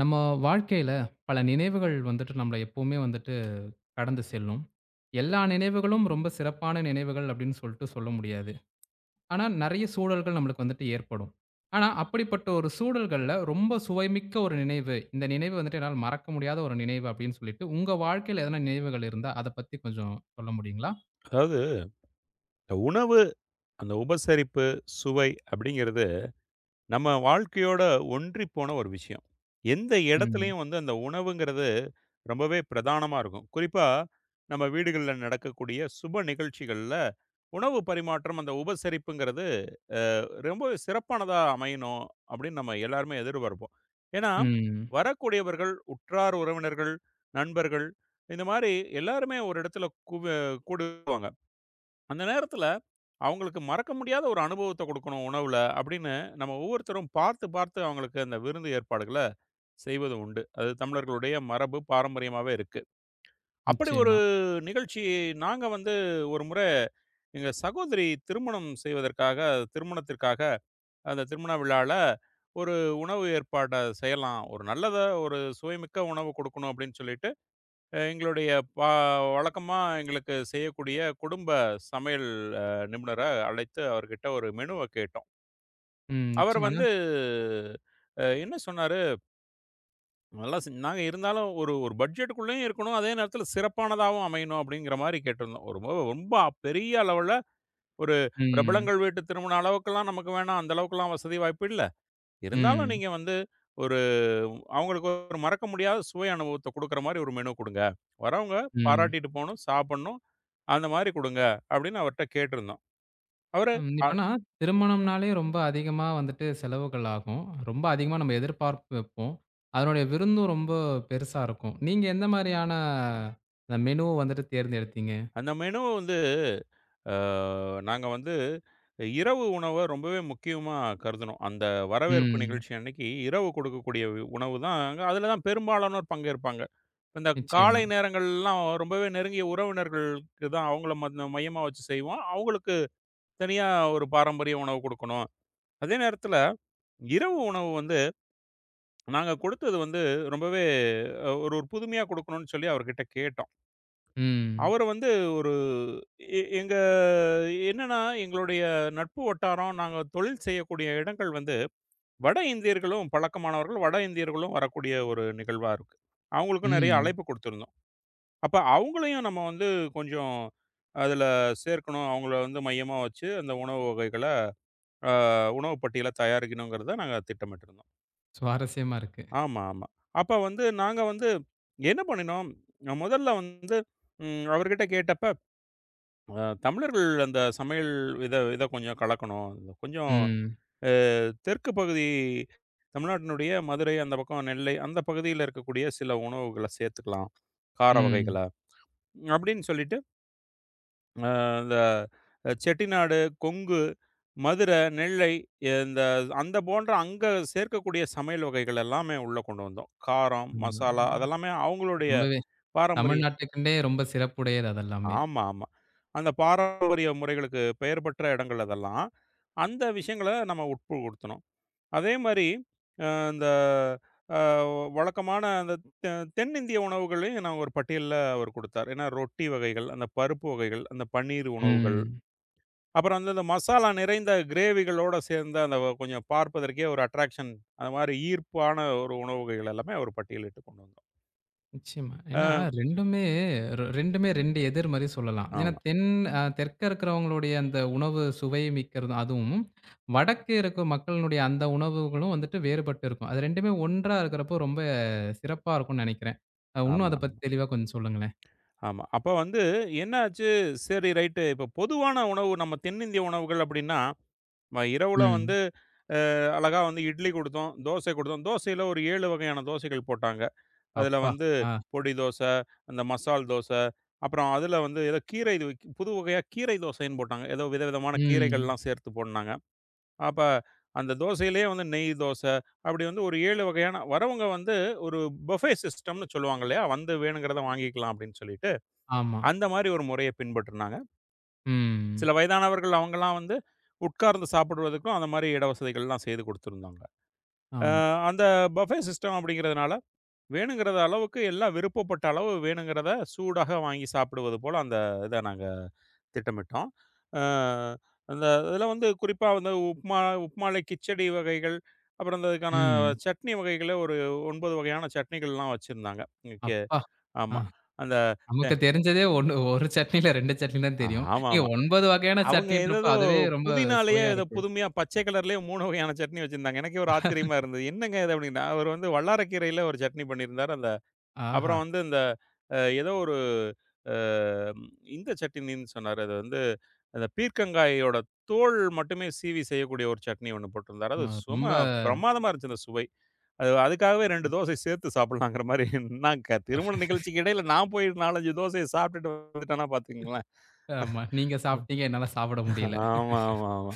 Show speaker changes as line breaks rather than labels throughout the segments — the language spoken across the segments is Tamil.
நம்ம வாழ்க்கையில பல நினைவுகள் வந்துட்டு நம்மள எப்பவுமே வந்துட்டு கடந்து செல்லும். எல்லா நினைவுகளும் ரொம்ப சிறப்பான நினைவுகள் அப்படின்னு சொல்லிட்டு சொல்ல முடியாது. ஆனா, நெறைய சூழல்கள் நம்மளுக்கு வந்துட்டு ஏற்படும். ஆனா, அப்படிப்பட்ட ஒரு சூழல்கள்ல ரொம்ப சுவைமிக்க ஒரு நினைவு, இந்த நினைவு வந்துட்டு என்னால் மறக்க முடியாத ஒரு நினைவு அப்படின்னு சொல்லிட்டு, உங்க வாழ்க்கையில எதனா நினைவுகள் இருந்தா அத பத்தி கொஞ்சம் சொல்ல முடியுங்களா?
அதாவது உணவு, அந்த உபசரிப்பு, சுவை அப்படிங்கிறது நம்ம வாழ்க்கையோட ஒன்றிப் போன ஒரு விஷயம். எந்த
ம்.
இடத்துலயும் வந்து அந்த உணவுங்கிறது ரொம்பவே பிரதானமா இருக்கும். குறிப்பா நம்ம வீடுகள்ல நடக்கக்கூடிய சுப நிகழ்ச்சிகள்ல உணவு பரிமாற்றம், அந்த உபசரிப்புங்கிறது ரொம்பவே சிறப்பானதா அமையணும் அப்படின்னு நம்ம எல்லாருமே எதிர்பார்ப்போம். ஏன்னா,
ம்.
வரக்கூடியவர்கள், உற்றார் உறவினர்கள், நண்பர்கள் இந்த மாரி எல்லாருமே ஒரு இடத்துல கூடுவாங்க. அந்த நேரத்துல, அவங்களுக்கு மறக்க முடியாத ஒரு அனுபவத்த குடுக்கணும் உணவுல, அப்படின்னு நம்ம ஒவ்வொருத்தரும் பார்த்து, பார்த்து அவங்களுக்கு அந்த விருந்து ஏற்பாடுகள செய்வது உண்டு. அது தமிழர்களுடைய மரபு, பாரம்பரியமாவே இருக்கு. அப்படி ஒரு
நிச்சயமா.
நிகழ்ச்சி நாங்க வந்து ஒரு முறை எங்க சகோதரி திருமணம் செய்வதற்காக திருமணத்திற்காக அந்த திருமண விழால ஒரு உணவு ஏற்பாட செய்யலாம். ஒரு நல்லதா ஒரு சுவைமிக்க உணவு குடுக்கணும் அப்படின்னு சொல்லிட்டு எங்களுடைய பா வழக்கமா எங்களுக்கு செய்யக்கூடிய குடும்ப சமையல் அ நிபுணர அழைத்து அவர்கிட்ட ஒரு மெனுவ கேட்டோம்.
ம்.
அவர்
நிச்சயமானா
வந்து என்ன சொன்னாரு, நல்லா செஞ் நாங்க இருந்தாலும் ஒரு ஒரு பட்ஜெட்டுக்குள்ளேயும் இருக்கணும். அதே நேரத்தில சிறப்பானதாவும் அமையணும் அப்படிங்கிற மாரி கேட்டிருந்தோம். ஒரு ரொம்ப ரொம்ப பெரிய அளவுல ஒரு
ம்.
பிரபலங்கள் வீட்டு திருமண அளவுக்கெல்லாம் நமக்கு வேணாம். அந்த அளவுக்கெல்லாம் வசதி வாய்ப்பு இல்ல. இருந்தாலும்
ம்.
நீங்க வந்து ஒரு அவங்களுக்கு ஒரு மறக்க முடியாத சுவை அனுபவத்த குடுக்குற மாரி ஒரு மெனு குடுங்க. வரவங்க
ம்.
பாராட்டிட்டு போணும், சாப்புட்ணும். அந்த மாரி குடுங்க அப்படின்னு அவர்ட்ட கேட்டிருந்தோம். அவரு
ம்.
அ
இப்பன்னா திருமணம்னாலே ரொம்ப அதிகமா வந்துட்டு செலவுகள் ஆகும். ரொம்ப அதிகமா நம்ம எதிர்பார்ப்பு வைப்போம். அதனுடைய விருந்தும் ரொம்ப பெருசா இருக்கும். நீங்க எந்த மாரியான அந்த மெனுவ வந்துட்டு தேர்ந்தெடுத்தீங்க?
அந்த மெனு வந்து அ நாங்க வந்து இரவு உணவ ரொம்பவே முக்கியமா கருதுனோம். அந்த வரவேற்பு
ம்.
நிகழ்ச்சி அன்னைக்கு இரவு கொடுக்கக்கூடிய உணவு தான். அதில தான் பெரும்பாலானோர் பங்கேற்பாங்க. இந்த காலை
நிச்சயமா.
நேரங்கள்லாம் ரொம்பவே நெருங்கிய உறவினர்களுக்கு தான் அவங்கள மையமா வச்சு செய்வோம். அவங்களுக்கு தனியா ஒரு பாரம்பரிய உணவு குடுக்கணும். அதே நேரத்துல இரவு உணவு வந்து நாங்க குடுத்தது வந்து ரொம்பவே ஒரு ஒரு புதுமையா குடுக்கணும்னு சொல்லி அவர்கிட்ட கேட்டோம்.
ம்.
அவரு வந்து ஒரு எ எங்க என்னன்னா, எங்களுடைய நட்பு வட்டாரம், நாங்க தொழில் செய்யக்கூடிய இடங்கள் வந்து வட இந்தியர்களும் பழக்கமானவர்கள், வட இந்தியர்களும் வரக்கூடிய ஒரு நிகழ்வா இருக்கு. அவங்களுக்கும் நெறைய
ம்.
அழைப்பு குடுத்திருந்தோம். அப்ப அவங்களையும் நம்ம வந்து கொஞ்சம் அதுல சேர்க்கணும். அவங்கள வந்து மையமா வச்சு அந்த உணவு வகைகள அ உணவு பட்டியல தயாரிக்கணுங்கிறத நாங்க திட்டமிட்டிருந்தோம்.
சுவாரஸ்யமா இருக்கு.
ஆமா, ஆமா. அப்ப வந்து நாங்க வந்து என்ன பண்ணினோம், முதல்ல வந்து அவர்கிட்ட கேட்டப்ப, தமிழர்கள் அந்த சமையல் இத இத கொஞ்சம் கலக்கணும். இந்த கொஞ்சம்
ம்.
அ தெற்கு பகுதி தமிழ்நாட்டினுடைய மதுரை, அந்த பக்கம் நெல்லை, அந்த பகுதியில இருக்கக்கூடிய சில உணவுகள சேர்த்துக்கலாம். கார வகைகள
ம்.
அப்படின்னு சொல்லிட்டு அ இந்த செட்டிநாடு, கொங்கு, மதுரை, நெல்லை இந்த அந்த போன்ற அங்க சேர்க்கக்கூடிய சமையல் வகைகள் எல்லாமே உள்ள கொண்டு வந்தோம். காரம், மசாலா
ஆமா.
அதெல்லாமே அவங்களுடைய
ரொம்பவே
பாரம்பரிய.
தமிழ்நாட்டுக்குன்னே ரொம்ப சிறப்புடையது அதெல்லாமே.
ஆமா, ஆமா. அந்த பாரம்பரிய முறைகளுக்கு பெயர் பெற்ற இடங்கள் அதெல்லாம். அந்த விஷயங்கள நம்ம உட்புகுடுத்தணும். அதே மாரி அ இந்த அ வழக்கமான அந்த தெ தென்னிந்திய உணவுகளையும் நான் ஒரு பட்டியல்ல அவர் குடுத்தார். ஏன்னா ரொட்டி வகைகள், அந்த பருப்பு வகைகள், அந்த பன்னீர் உணவுகள்.
ம்.
அப்புறம் வந்து இந்த மசாலா நிறைந்த கிரேவிகளோட சேர்ந்த அந்த கொஞ்சம் பார்ப்பதற்கே ஒரு அட்ராக்ஷன், அது மாரி ஈர்ப்பான ஒரு உணவு வகைகள் எல்லாமே ஒரு பட்டியலிட்டு கொண்டு வந்தோம்.
நிச்சயமா. ஏன்னா 2மே 2மே 2 எதிர் மாரி சொல்லலாம். ஏன்னா
ஆமா,
தென் அ தெற்க இருக்கிறவங்களுடைய அந்த உணவு சுவை மிக்கிறதும் அதுவும், வடக்கு இருக்கும் மக்களினுடைய அந்த உணவுகளும் வந்துட்டு வேறுபட்டு இருக்கும். அது 2மே ஒன்றா இருக்கிறப்போ ரொம்ப சிறப்பா இருக்கும்னு நெனைக்கிறேன். இன்னும்
ஆமா,
அத பத்தி
ஆமா,
தெளிவா கொஞ்சம் சொல்லுங்களேன்?
ஆமா. அப்ப வந்து என்ன ஆச்சு, சரி ரைட்டு இப்போ பொதுவான உணவு நம்ம தென்னிந்திய உணவுகள் அப்படின்னா, இரவுல
ம்.
வந்து அ அழகா வந்து இட்லி குடுத்தோம், தோசை குடுத்தோம். தோசையில ஒரு 7 வகையான தோசைகள் போட்டாங்க. அதுல
அப்பா!
வந்து
ஆ.
பொடி தோசை, அந்த மசால் தோசை, அப்புறம் அதுல வந்து ஏதோ கீரை இது புது வகையா கீரை தோசைன்னு போட்டாங்க. ஏதோ விதவிதமான
ம்.
கீரைகள்லாம் சேர்த்து போடுனாங்க. அப்ப அந்த தோசையிலேயே வந்து நெய் தோசை, அப்படி வந்து ஒரு 7 வகையான வரவங்க வந்து ஒரு பஃபே சிஸ்டம்னு சொல்லுவாங்க இல்லையா? வந்து வேணுங்கிறத வாங்கிக்கலாம் அப்படின்னு சொல்லிட்டு,
ஆமா.
அந்த மாரி ஒரு முறைய பின்பற்றுனாங்க.
ம்.
சில வயதானவர்கள் அவங்கலாம் வந்து உட்கார்ந்து சாப்பிடுவதற்கும் அந்த மாரி இட வசதிகள்லாம் செய்து குடுத்திருந்தாங்க.
ஆமா.
அந்த பஃபே சிஸ்டம் அப்படிங்கிறதுனால வேணுங்கிறத அளவுக்கு எல்லாம் விருப்பப்பட்ட அளவு வேணுங்கிறத சூடாக வாங்கி சாப்பிடுவது போல அந்த இத நாங்க திட்டமிட்டோம். அ அந்த இதில வந்து குறிப்பா வந்து உப்மால கிச்சடி வகைகள், அப்புறம் இந்த இதுக்கான
ம்.
சட்னி வகைகளே ஒரு 9 வகையான சட்னிகள்லாம் வச்சிருந்தாங்க. ஓகே.
அப்பா! ஆ.
ஆமா. அந்த
நமக்கு தெரிஞ்சதே 1 1 சட்னில 2 சட்னி தான் தெரியும். நீங்க
ஆமாமா.
9 வகையான
அவங்க
சட்னின்றப்போ
ஏதேதோ
அதுவே ரொம்ப
புதினாலயே
சுவையா
ஏதோ
இருக்கு.
புதுமையா பச்சை கலர்லயே 3 வகையான சட்னி வச்சிருந்தாங்க. எனக்கே ஒரு ஆச்சரியமா இருந்தது. "என்னங்க இது?" அப்டின்னு. அவரு வந்து வல்லாரக்கீரையில ஒரு சட்னி பண்ணியிருந்தாரு.
ஆஹா!
அப்புறம் வந்து இந்த ஏதோ ஒரு அ இந்த சட்னின்னு சொன்னாரு. அது வந்து அந்த பீர்க்கங்காயோட தோல் மட்டுமே சீவி செய்யக்கூடிய ஒரு சட்னி ஒண்ணு போட்டிருந்தாரு. அது
ஆமா.
சும்மா
ரொம்ப
பிரமாதமா இருந்துச்சு அந்த சுவை. அது அதுக்காகவே 2 தோசை சேர்த்து சாப்பிடலாங்கிற மாரி நான் திருமண நிகழ்ச்சிக்கு இடையில நான் போய் 4, 5 தோசைய சாப்பிட்டுட்டு வந்துட்டேன்னா பார்த்துக்கங்களேன்.
ஆமா. நீங்க சாப்பிட்டீங்க. என்னால சாப்பிட முடியல.
ஆமா, ஆமா, ஆமா.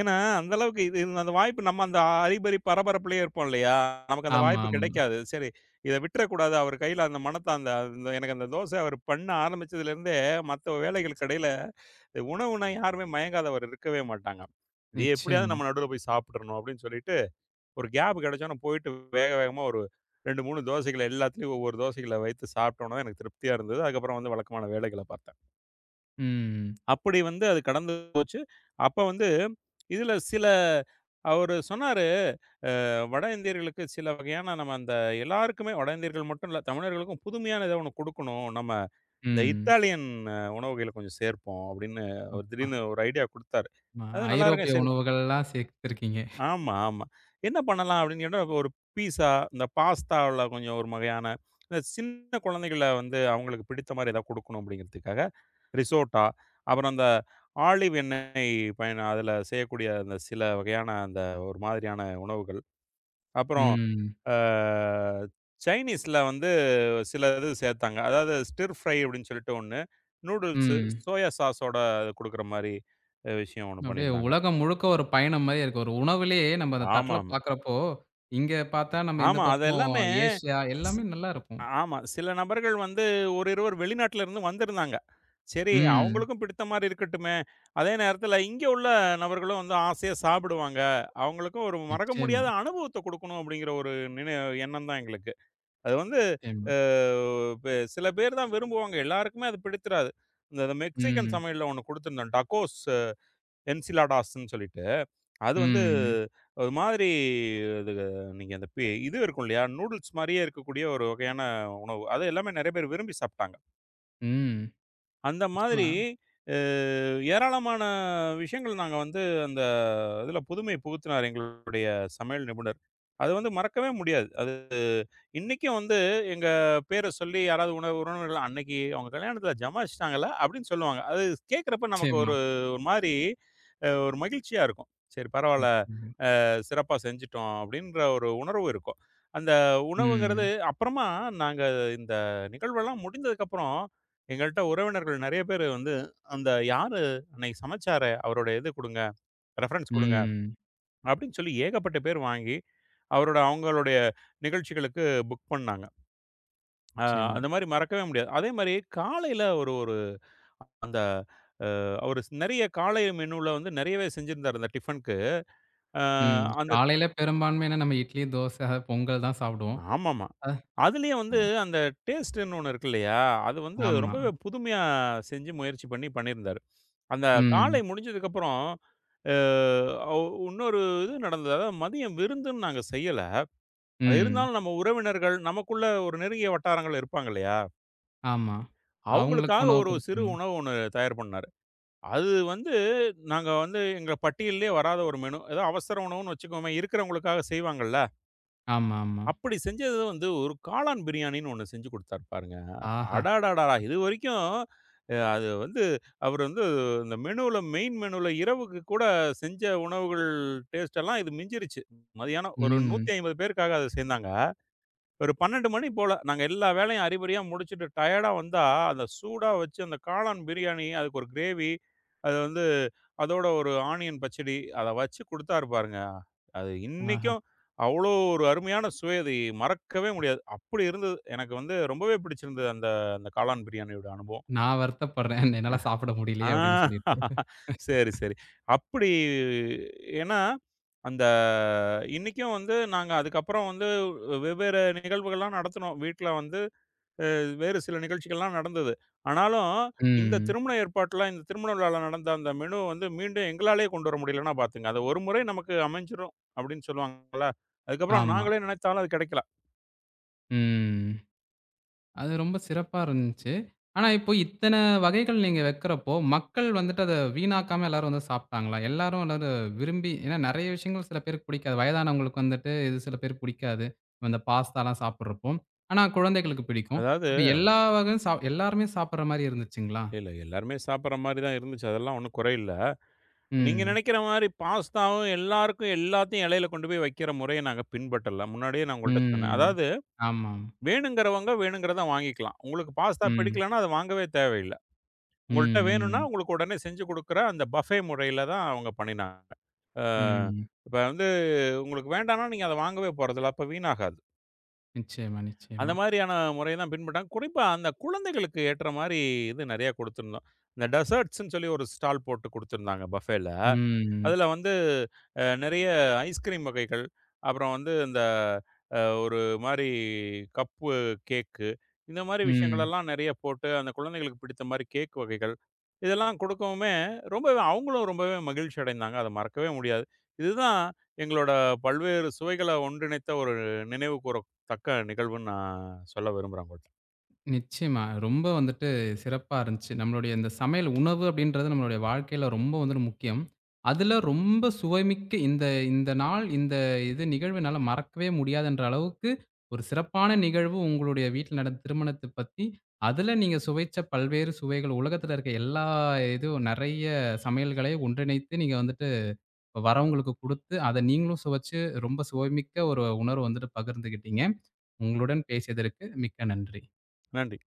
ஏன்னா, அந்த அளவுக்கு அந்த வாய்ப்பு நம்ம அந்த பரபரப்புலயே இருப்போம் இல்லையா? நமக்கு அந்த
ஆமா,
வாய்ப்பு
ஆமா.
கிடைக்காது. சரி, இத விட்டுறக்கூடாது. அவர் கையில அந்த மனத்தாந்த அந்த அந்த- எனக்கு அந்த தோசை அவர் பண்ண ஆரம்பிச்சதுலேருந்தே, மத்த வேலைகளுக்கு இடையில இந்த உணவுனா யாருமே மயங்காதவர் இருக்கவே மாட்டாங்க. இது எப்படியாவது
நிச்சயமா.
நம்ம நடுவுல போய் சாப்பிட்றணும் அப்படின்னு சொல்லிட்டு, ஒரு கேப் கிடைச்சோன்ன போயிட்டு வேக வேகமா ஒரு 2, 3 தோசைகள எல்லாத்துலயும் ஒவ்வொரு தோசைகள வைத்து சாப்பிட்டோனே எனக்கு திருப்தியா இருந்தது. அதுக்கப்புறம் வந்து வழக்கமான வேலைகள பார்த்தேன்.
ம்.
அப்படி வந்து அது கடந்து போச்சு. அப்ப வந்து இதுல சில அவரு சொன்னாரு, வட இந்தியர்களுக்கு சில வகையான நம்ம அந்த எல்லாருக்குமே வட இந்தியர்கள் மட்டும் இல்ல, தமிழர்களுக்கும் புதுமையான ஏதோ ஒண்ணு குடுக்கணும். நம்ம இந்த
ம்.
இத்தாலியன் உணவுகள கொஞ்சம் சேர்ப்போம் அப்படின்னு ஒரு
அப்பா!
திடீர்னு ஒரு ஐடியா குடுத்தாரு.
ஆமா.
அது நல்லா இருக்கும்.
ஐரோப்பிய
சரி.
உணவுகள்லாம் சேர்த்துருக்கீங்க.
ஆமா, ஆமா. என்ன பண்ணலாம் அப்படின்னு கேட்டா, ஒரு பீஸா, இந்த பாஸ்தாவுல கொஞ்சம் ஒரு வகையான இந்த சின்ன குழந்தைகள வந்து அவங்களுக்கு பிடித்த மாரி ஏதாவது குடுக்கணும் அப்படிங்கிறதுக்காக ரிசோட்டா, அப்புறம் அந்த ஆலிவ் எண்ணெய் பயன் அதில செய்யக்கூடிய அந்த சில வகையான அந்த ஒரு மாதிரியான உணவுகள். அப்புறம்
ம்.
அ சைனீஸ்ல வந்து சில இது சேர்த்தாங்க. அதாவது ஸ்டிர் ஃப்ரை அப்படின்னு சொல்லிட்டு ஒண்ணு. நூடுல்ஸு
ம்.
சோயா சாஸோட குடுக்குற மாரி விஷயம் ஒண்ணு
அப்படியே
பண்ணியிருந்தாங்க.
உலகம் முழுக்க ஒரு பயணம் மாரி இருக்கு. ஒரு உணவுலயே நம்ம அந்த தட்ல
ஆமாமா.
பார்க்குறப்போ, இங்க பார்த்தா நம்ம இந்த
ஆமா. அது
பக்கம்
எல்லாமே.
ஏசியா எல்லாமே நல்லா இருக்கும்.
ஆமா. சில நபர்கள் வந்து ஒரு இருவர் வெளிநாட்டுல இருந்து வந்திருந்தாங்க. சரி
ம்.
அவங்களுக்கும் பிடித்த மாரி இருக்கட்டுமே! அதே நேரத்தில இங்க உள்ள நபர்களும் வந்து ஆசையா சாப்பிடுவாங்க. அவங்களுக்கும் ஒரு மறக்க
நிச்சயமா,
முடியாத அனுபவத்த குடுக்கணும் அப்பிடிங்கிற ஒரு நினை எண்ணம் தான் எங்களுக்கு. அது வந்து
நிச்சயமா.
அ சில பேர் தான் விரும்புவாங்க. எல்லாருக்குமே அது பிடித்திராது. இந்த மெக்சிகன்
ம்.
சமையல்ல ஒண்ணு குடுத்துருந்தோம். டக்கோஸ், என்சிலாடாஸ்ன்னு சொல்லிட்டு, அது வந்து
ம்.
ஒரு மாதிரி அது நீங்க அந்த இது இருக்கும் இல்லையா? நூடுல்ஸ் மாரியே இருக்கக்கூடிய ஒரு வகையான உணவு. அது எல்லாமே நெறைய பேர் விரும்பி சாப்ட்டாங்க.
ம்.
அந்த
நிச்சயமா,
மாதிரி அ ஏராளமான விஷயங்கள் நாங்க வந்து அந்த இதில புதுமை புகுத்தினார் எங்களுடைய சமையல் நிபுணர். அது வந்து மறக்கவே முடியாது. அது இன்னைக்கும் வந்து எங்க பேர சொல்லி யாராவது உறவினர்கள் "அன்னைக்கு அவங்க கல்யாணத்தில ஜமாய்ச்சுட்டாங்கல்ல" அப்படின்னு சொல்லுவாங்க. அது கேட்கிறப்ப நமக்கு
நிச்சயமா,
ஒரு ஒரு மாதிரி ஒரு மகிழ்ச்சியா இருக்கும். சரி பரவால்ல,
நிச்சயமா.
சிறப்பா செஞ்சுட்டோம் அப்படின்ற ஒரு உணர்வு இருக்கும். அந்த உணவுங்கிறது
ம்.
அப்புறமா நாங்க இந்த நிகழ்வெல்லாம் முடிந்ததுக்கப்புறம், எங்கள்ட்ட உறவினர்கள் நெறைய பேரு வந்து, "அந்த யாரு அன்னைக்கு சமைச்சாரே, அவரோட இது குடுங்க, ரெஃபரன்ஸ் குடுங்க"
ம்.
அப்படின்னு சொல்லி ஏகப்பட்ட பேர் வாங்கி, அவரோட அவங்களுடைய நிகழ்ச்சிகளுக்கு புக் பண்ணாங்க. அ
நிச்சயமா.
அந்த மாரி மறக்கவே முடியாது. அதே மாரி காலையில ஒரு ஒரு அந்த அ அவரு நெறைய காலை மெனுல வந்து நெறையவே செஞ்சிருந்தாரு அந்த டிஃபனுக்கு. அ
ம்.
அந்த
காலையில பெரும்பான்மையான நம்ம இட்லி, தோசை, பொங்கல் தான் சாப்பிடுவோம்.
ஆமாமா.
அ
அதுலயே வந்து அந்த டேஸ்ட்டுன்னு ஒண்ணு இருக்கு இல்லையா? அது வந்து
ஆமா.
ரொம்பவே புதுமையா செஞ்சு முயற்சி பண்ணி பண்ணியிருந்தாரு. அந்த காலை
ம்.
முடிஞ்சதுக்கப்புறம் அ ஒ இன்னொரு இது நடந்தது. அதாவது மதியம் விருந்துன்னு நாங்க செய்யல.
ம்.
இருந்தாலும் நம்ம உறவினர்கள், நமக்குள்ள ஒரு நெருங்கிய வட்டாரங்கள் இருப்பாங்க இல்லையா?
ஆமா. அவங்களுக்கு
அவங்களுக்காக
உணவு
ஒரு சிறு
குடுக்கணும்.
உணவு ஒண்ணு தயார் பண்ணாரு. அது வந்து நாங்க வந்து எங்க பட்டியல்லே வராத ஒரு மெனு. ஏதோ அவசர உணவுன்னு வச்சுக்கோமே, இருக்கிறவங்களுக்காக செய்வாங்கள்ல.
ஆமா, ஆமா.
அப்படி செஞ்சது வந்து ஒரு காளான் பிரியாணின்னு ஒண்ணு செஞ்சு குடுத்தாரு பாருங்க.
ஆஹா!
அடாடாடா! இதுவரைக்கும் அது வந்து அவர் வந்து இந்த மெனுல மெயின் மெனுல இரவுக்கு கூட செஞ்ச உணவுகள் டேஸ்ட் எல்லாம் இது மிஞ்சிருச்சு. மதியானம் ஒரு
ம்.
150 பேருக்காக அத செய்ந்தாங்க. ஒரு 12 மணி போல, நாங்க எல்லா வேலையும் அறிபறியா முடிச்சுட்டு டயர்டா வந்தா, அந்த சூடா வச்சு அந்த காளான் பிரியாணி, அதுக்கு ஒரு கிரேவி, அது வந்து அதோட ஒரு ஆனியன் பச்சடி, அத வச்சு குடுத்தாரு பாருங்க. அது
ஆஹா!
இன்னைக்கும் அவ்வளோ ஒரு அருமையான சுவை. அது மறக்கவே முடியாது. அப்படி இருந்தது. எனக்கு வந்து ரொம்பவே பிடிச்சிருந்தது அந்த அந்த காளான் பிரியாணியோட அனுபவம்.
நான் வருத்தப்படுறேன். என்னால சாப்பிட
ஆ
முடியலையே! அப்படின்னு சொல்லிட்டு.
சரி, சரி. அப்படி ஏன்னா, அந்த இன்னைக்கும் வந்து நாங்க அதுக்கப்புறம் வந்து வெவ்வேறு நிகழ்வுகள்லாம் நடத்தினோம். வீட்ல வந்து வேறு சில நிகழ்ச்சிகள்லாம் நடந்தது. ஆனாலும் இந்த
ம்.
திருமண ஏற்பாட்டுல, இந்த திருமண விழால நடந்த அந்த மெனு வந்து மீண்டும் எங்களாலேயே கொண்டு வர முடியலன்னா பார்த்துங்க. அது ஒரு முறை நமக்கு அமைஞ்சிரும் அப்படின்னு சொல்லுவாங்கல்ல. அதுக்கப்புறம்
ஆமா.
நாங்களே நினைத்தாலும் அது கிடைக்கல.
ம். அது ரொம்ப சிறப்பா இருந்துச்சு. ஆனா, இப்போ இத்தன வகைகள் நீங்க வைக்கிறப்போ, மக்கள் வந்துட்டு அத வீணாக்காம எல்லாரும் வந்து சாப்பிட்டாங்களா? எல்லாரும் எல்லாரும் விரும்பி ஏன்னா நெறைய விஷயங்கள் சில பேருக்கு பிடிக்காது. வயதானவங்களுக்கு வந்துட்டு இது சில பேருக்கு பிடிக்காது. இந்த பாஸ்தாலாம் சாப்பிடுறப்போ. ஆனா, குழந்தைகளுக்கு பிடிக்கும்.
அதாவது
அப்ப எல்லா வகையும் எல்லாருமே சாப்பிடுற மாரி இருந்துச்சுங்களா?
இல்ல எல்லாருமே சாப்பிடுற மாரி தான் இருந்துச்சு. அதெல்லாம் ஒண்ணும் குறையில்ல. நீங்க
ம்.
நினைக்கிற மாரி பாஸ்தாவும் எல்லாருக்கும் எல்லாத்தையும் இலையில கொண்டு போய் வைக்கிற முறைய நாங்க பின்பற்றல. முன்னாடியே நான் உங்கள்ட்ட சொன்னேன்.
ம்.
அதாவது
ஆமாம்.
வேணுங்கிறவங்க வேணுங்கிறத வாங்கிக்கலாம். உங்களுக்கு பாஸ்தா
ம்.
பிடிக்கலன்னா, அத வாங்கவே தேவையில்ல.
ம்.
உங்கள்ட்ட வேணும்னா,
ம்.
உங்களுக்கு உடனே செஞ்சு குடுக்குற அந்த பஃபே முறையில தான் அவங்க பண்ணினாங்க. அ
ம்.
இப்ப வந்து உங்களுக்கு வேண்டான்னா, நீங்க அத வாங்கவே போறதில்ல. அப்ப வீணாகாது.
நிச்சயமா,
அந்த
நிச்சயமா.
மாதிரியான முறைய தான் பின்பற்றாங்க. குறிப்பா அந்த குழந்தைகளுக்கு ஏற்ற மாரி இது நெறைய குடுத்திருந்தோம். இந்த டெசர்ட்ஸ்ன்னு சொல்லி ஒரு ஸ்டால் போட்டு குடுத்திருந்தாங்க பஃபேல.
ம்.
அதில வந்து நெறைய ஐஸ்கிரீம் வகைகள், அப்புறம் வந்து இந்த ஒரு மாரி கப்பு கேக்கு, இந்த மாரி
ம்.
விஷயங்களெல்லாம் நெறைய போட்டு, அந்த குழந்தைகளுக்கு பிடித்த மாரி கேக் வகைகள், இதெல்லாம் குடுக்கவுமே ரொம்பவே அவங்களும் ரொம்பவே மகிழ்ச்சி அடைந்தாங்க. அத மறக்கவே முடியாது. இதுதான் எங்களோட பல்வேறு சுவைகள ஒன்றிணைத்த ஒரு நினைவு கூறத்தக்க நிகழ்வுன்னு நான் சொல்ல விரும்புறேன் உங்கள்ட்ட.
நிச்சயமா. ரொம்ப வந்துட்டு சிறப்பா இருந்துச்சு. நம்மளுடைய இந்த சமையல் உணவு அப்படின்றது நம்மளுடைய வாழ்க்கையில ரொம்ப வந்துட்டு முக்கியம். அதுல ரொம்ப சுவைமிக்க இந்த இந்த நாள், இந்த இது நிகழ்வு என்னால மறக்கவே முடியாதுன்ற அளவுக்கு ஒரு சிறப்பான நிகழ்வு உங்களுடைய வீட்ல நடந்த திருமணத்த பத்தி, அதுல நீங்க சுவைச்ச பல்வேறு சுவைகள் உலகத்துல இருக்க எல்லா இதுவும் நெறைய சமையல்களையும் ஒன்றிணைத்து நீங்க வந்துட்டு வரவங்களுக்கு குடுத்து, அத நீங்களும் சுவைச்சு ரொம்ப சுவைமிக்க ஒரு உணர்வு வந்துட்டு பகிர்ந்துக்கிட்டீங்க. உங்களுடன் பேசியதற்கு மிக்க நன்றி.
நன்றி.